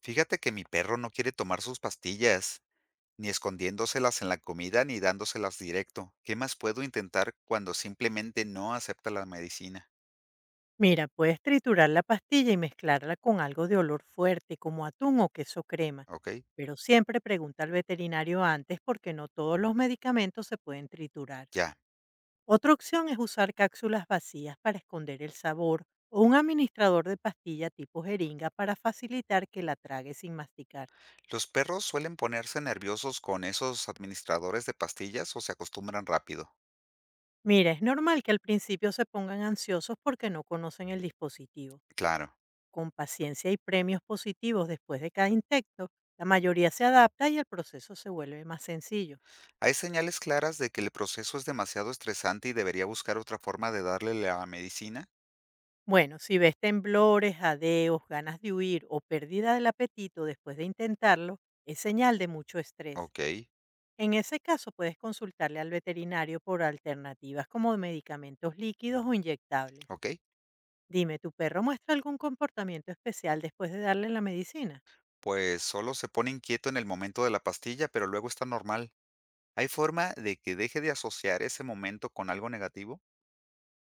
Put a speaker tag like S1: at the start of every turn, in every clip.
S1: Fíjate que mi perro no quiere tomar sus pastillas, ni escondiéndoselas en la comida ni dándoselas directo. ¿Qué más puedo intentar cuando simplemente no acepta la medicina?
S2: Mira, puedes triturar la pastilla y mezclarla con algo de olor fuerte, como atún o queso crema,
S1: ¿Ok?
S2: pero siempre pregunta al veterinario antes porque no todos los medicamentos se pueden triturar.
S1: Ya.
S2: Otra opción es usar cápsulas vacías para esconder el sabor o un administrador de pastilla tipo jeringa para facilitar que la trague sin masticar.
S1: Los perros suelen ponerse nerviosos con esos administradores de pastillas o se acostumbran rápido.
S2: Mira, es normal que al principio se pongan ansiosos porque no conocen el dispositivo.
S1: Claro.
S2: Con paciencia y premios positivos después de cada intento, la mayoría se adapta y el proceso se vuelve más sencillo.
S1: Hay señales claras de que el proceso es demasiado estresante y debería buscar otra forma de darle la medicina.
S2: Bueno, si ves temblores, jadeos, ganas de huir o pérdida del apetito después de intentarlo, es señal de mucho estrés.
S1: Ok,
S2: En ese caso puedes consultarle al veterinario por alternativas como medicamentos líquidos o inyectables.
S1: ok.
S2: Dime, ¿tu perro muestra algún comportamiento especial después de darle la medicina?
S1: Pues solo se pone inquieto en el momento de la pastilla, pero luego está normal. ¿Hay forma de que deje de asociar ese momento con algo negativo?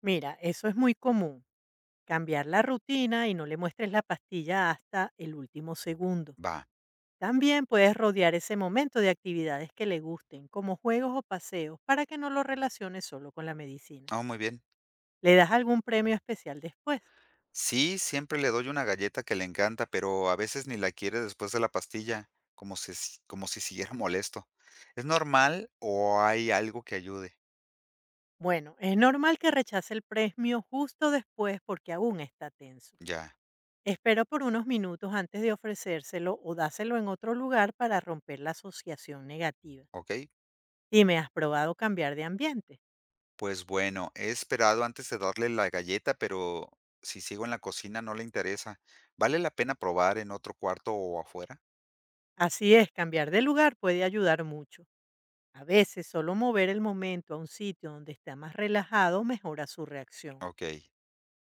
S2: Mira, eso es muy común. Cambiar la rutina y no le muestres la pastilla hasta el último segundo.
S1: Va.
S2: También puedes rodear ese momento de actividades que le gusten, como juegos o paseos, para que no lo relaciones solo con la medicina.
S1: Ah, muy bien.
S2: ¿Le das algún premio especial después?
S1: Sí, siempre le doy una galleta que le encanta, pero a veces ni la quiere después de la pastilla, como si siguiera molesto. ¿Es normal o hay algo que ayude?
S2: Bueno, es normal que rechace el premio justo después porque aún está tenso.
S1: Ya,
S2: Espera por unos minutos antes de ofrecérselo o dáselo en otro lugar para romper la asociación negativa.
S1: ok.
S2: ¿Y me ¿Has probado cambiar de ambiente?
S1: Pues bueno, he esperado antes de darle la galleta, pero si sigo en la cocina no le interesa. ¿Vale la pena probar en otro cuarto o afuera?
S2: Así es, cambiar de lugar puede ayudar mucho. A veces solo mover el momento a un sitio donde está más relajado mejora su reacción.
S1: Ok.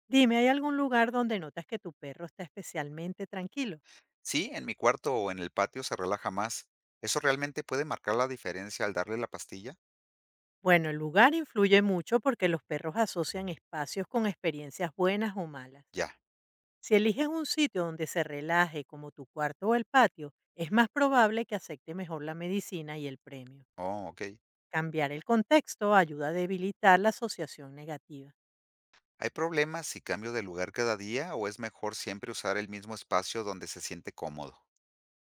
S2: Dime, ¿hay algún lugar donde notas que tu perro está especialmente tranquilo?
S1: Sí, en mi cuarto o en el patio se relaja más. ¿Eso realmente puede marcar la diferencia al darle la pastilla?
S2: Bueno, el lugar influye mucho porque los perros asocian espacios con experiencias buenas o malas.
S1: Ya.
S2: Si eliges un sitio donde se relaje, como tu cuarto o el patio, es más probable que acepte mejor la medicina y el premio.
S1: Oh, ok.
S2: Cambiar el contexto ayuda a debilitar la asociación negativa.
S1: ¿Hay problemas si cambio de lugar cada día o es mejor siempre usar el mismo espacio donde se siente cómodo?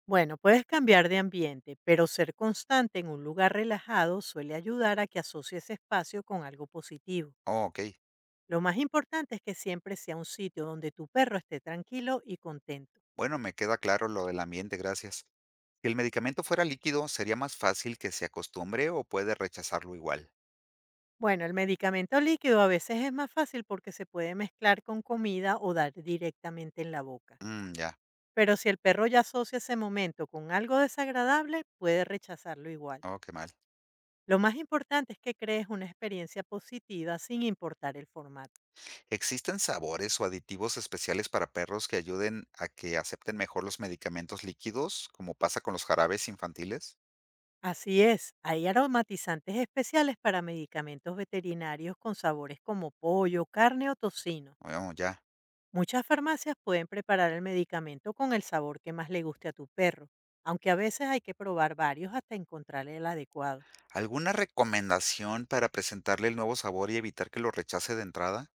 S2: Bueno, puedes cambiar de ambiente, pero ser constante en un lugar relajado suele ayudar a que asocie ese espacio con algo positivo.
S1: Oh, ok.
S2: Lo más importante es que siempre sea un sitio donde tu perro esté tranquilo y contento.
S1: Bueno, me queda claro lo del ambiente, gracias. Si el medicamento fuera líquido, ¿sería más fácil que se acostumbre o puede rechazarlo igual?
S2: Bueno, el medicamento líquido a veces es más fácil porque se puede mezclar con comida o dar directamente en la boca.
S1: Mm, ya.
S2: Pero si el perro ya asocia ese momento con algo desagradable, puede rechazarlo igual.
S1: Oh, qué mal.
S2: Lo más importante es que crees una experiencia positiva sin importar el formato.
S1: ¿Existen sabores o aditivos especiales para perros que ayuden a que acepten mejor los medicamentos líquidos, como pasa con los jarabes infantiles?
S2: Así es, hay aromatizantes especiales para medicamentos veterinarios con sabores como pollo, carne o tocino.
S1: Oh, ya.
S2: Muchas farmacias pueden preparar el medicamento con el sabor que más le guste a tu perro, aunque a veces hay que probar varios hasta encontrar el adecuado.
S1: ¿Alguna recomendación para presentarle el nuevo sabor y evitar que lo rechace de entrada?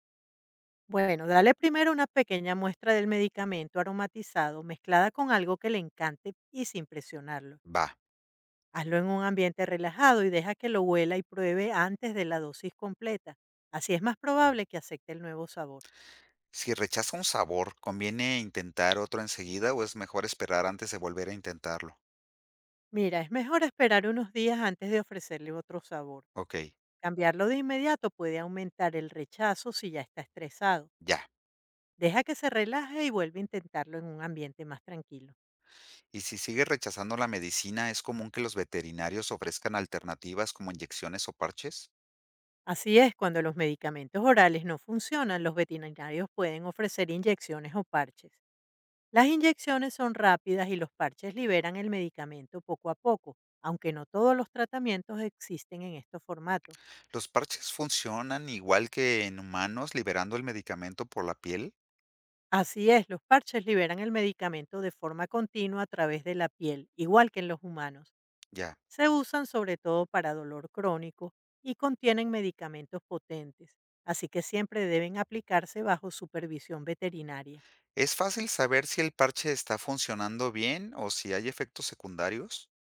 S2: Bueno, dale primero una pequeña muestra del medicamento aromatizado mezclada con algo que le encante y sin presionarlo.
S1: Va.
S2: Hazlo en un ambiente relajado y deja que lo huela y pruebe antes de la dosis completa. Así es más probable que acepte el nuevo sabor.
S1: Si rechaza un sabor, ¿conviene intentar otro enseguida o es mejor esperar antes de volver a intentarlo?
S2: Mira, es mejor esperar unos días antes de ofrecerle otro sabor.
S1: Ok,
S2: Cambiarlo de inmediato puede aumentar el rechazo si ya está estresado.
S1: ya.
S2: Deja que se relaje y vuelve a intentarlo en un ambiente más tranquilo.
S1: Y si sigue rechazando la medicina, ¿es común que los veterinarios ofrezcan alternativas como inyecciones o parches?
S2: Así es, cuando los medicamentos orales no funcionan, los veterinarios pueden ofrecer inyecciones o parches. Las inyecciones son rápidas y los parches liberan el medicamento poco a poco, aunque no todos los tratamientos existen en estos formatos.
S1: ¿Los parches funcionan igual que en humanos liberando el medicamento por la piel?
S2: Así es, los parches liberan el medicamento de forma continua a través de la piel, igual que en los humanos.
S1: Ya.
S2: Se usan sobre todo para dolor crónico y contienen medicamentos potentes, así que siempre deben aplicarse bajo supervisión veterinaria.
S1: ¿Es fácil saber si el parche está funcionando bien o si hay efectos secundarios?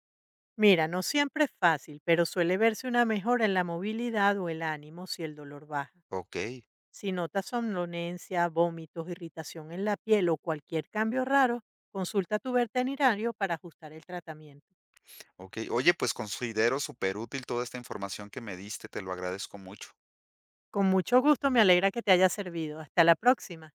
S2: Mira, no siempre es fácil, pero suele verse una mejora en la movilidad o el ánimo si el dolor baja.
S1: Ok,
S2: Si notas somnolencia, vómitos, irritación en la piel o cualquier cambio raro, consulta a tu veterinario para ajustar el tratamiento.
S1: ok. Oye, pues considero súper útil toda esta información que me diste, te lo agradezco mucho.
S2: Con mucho gusto, me alegra que te haya servido. Hasta la próxima.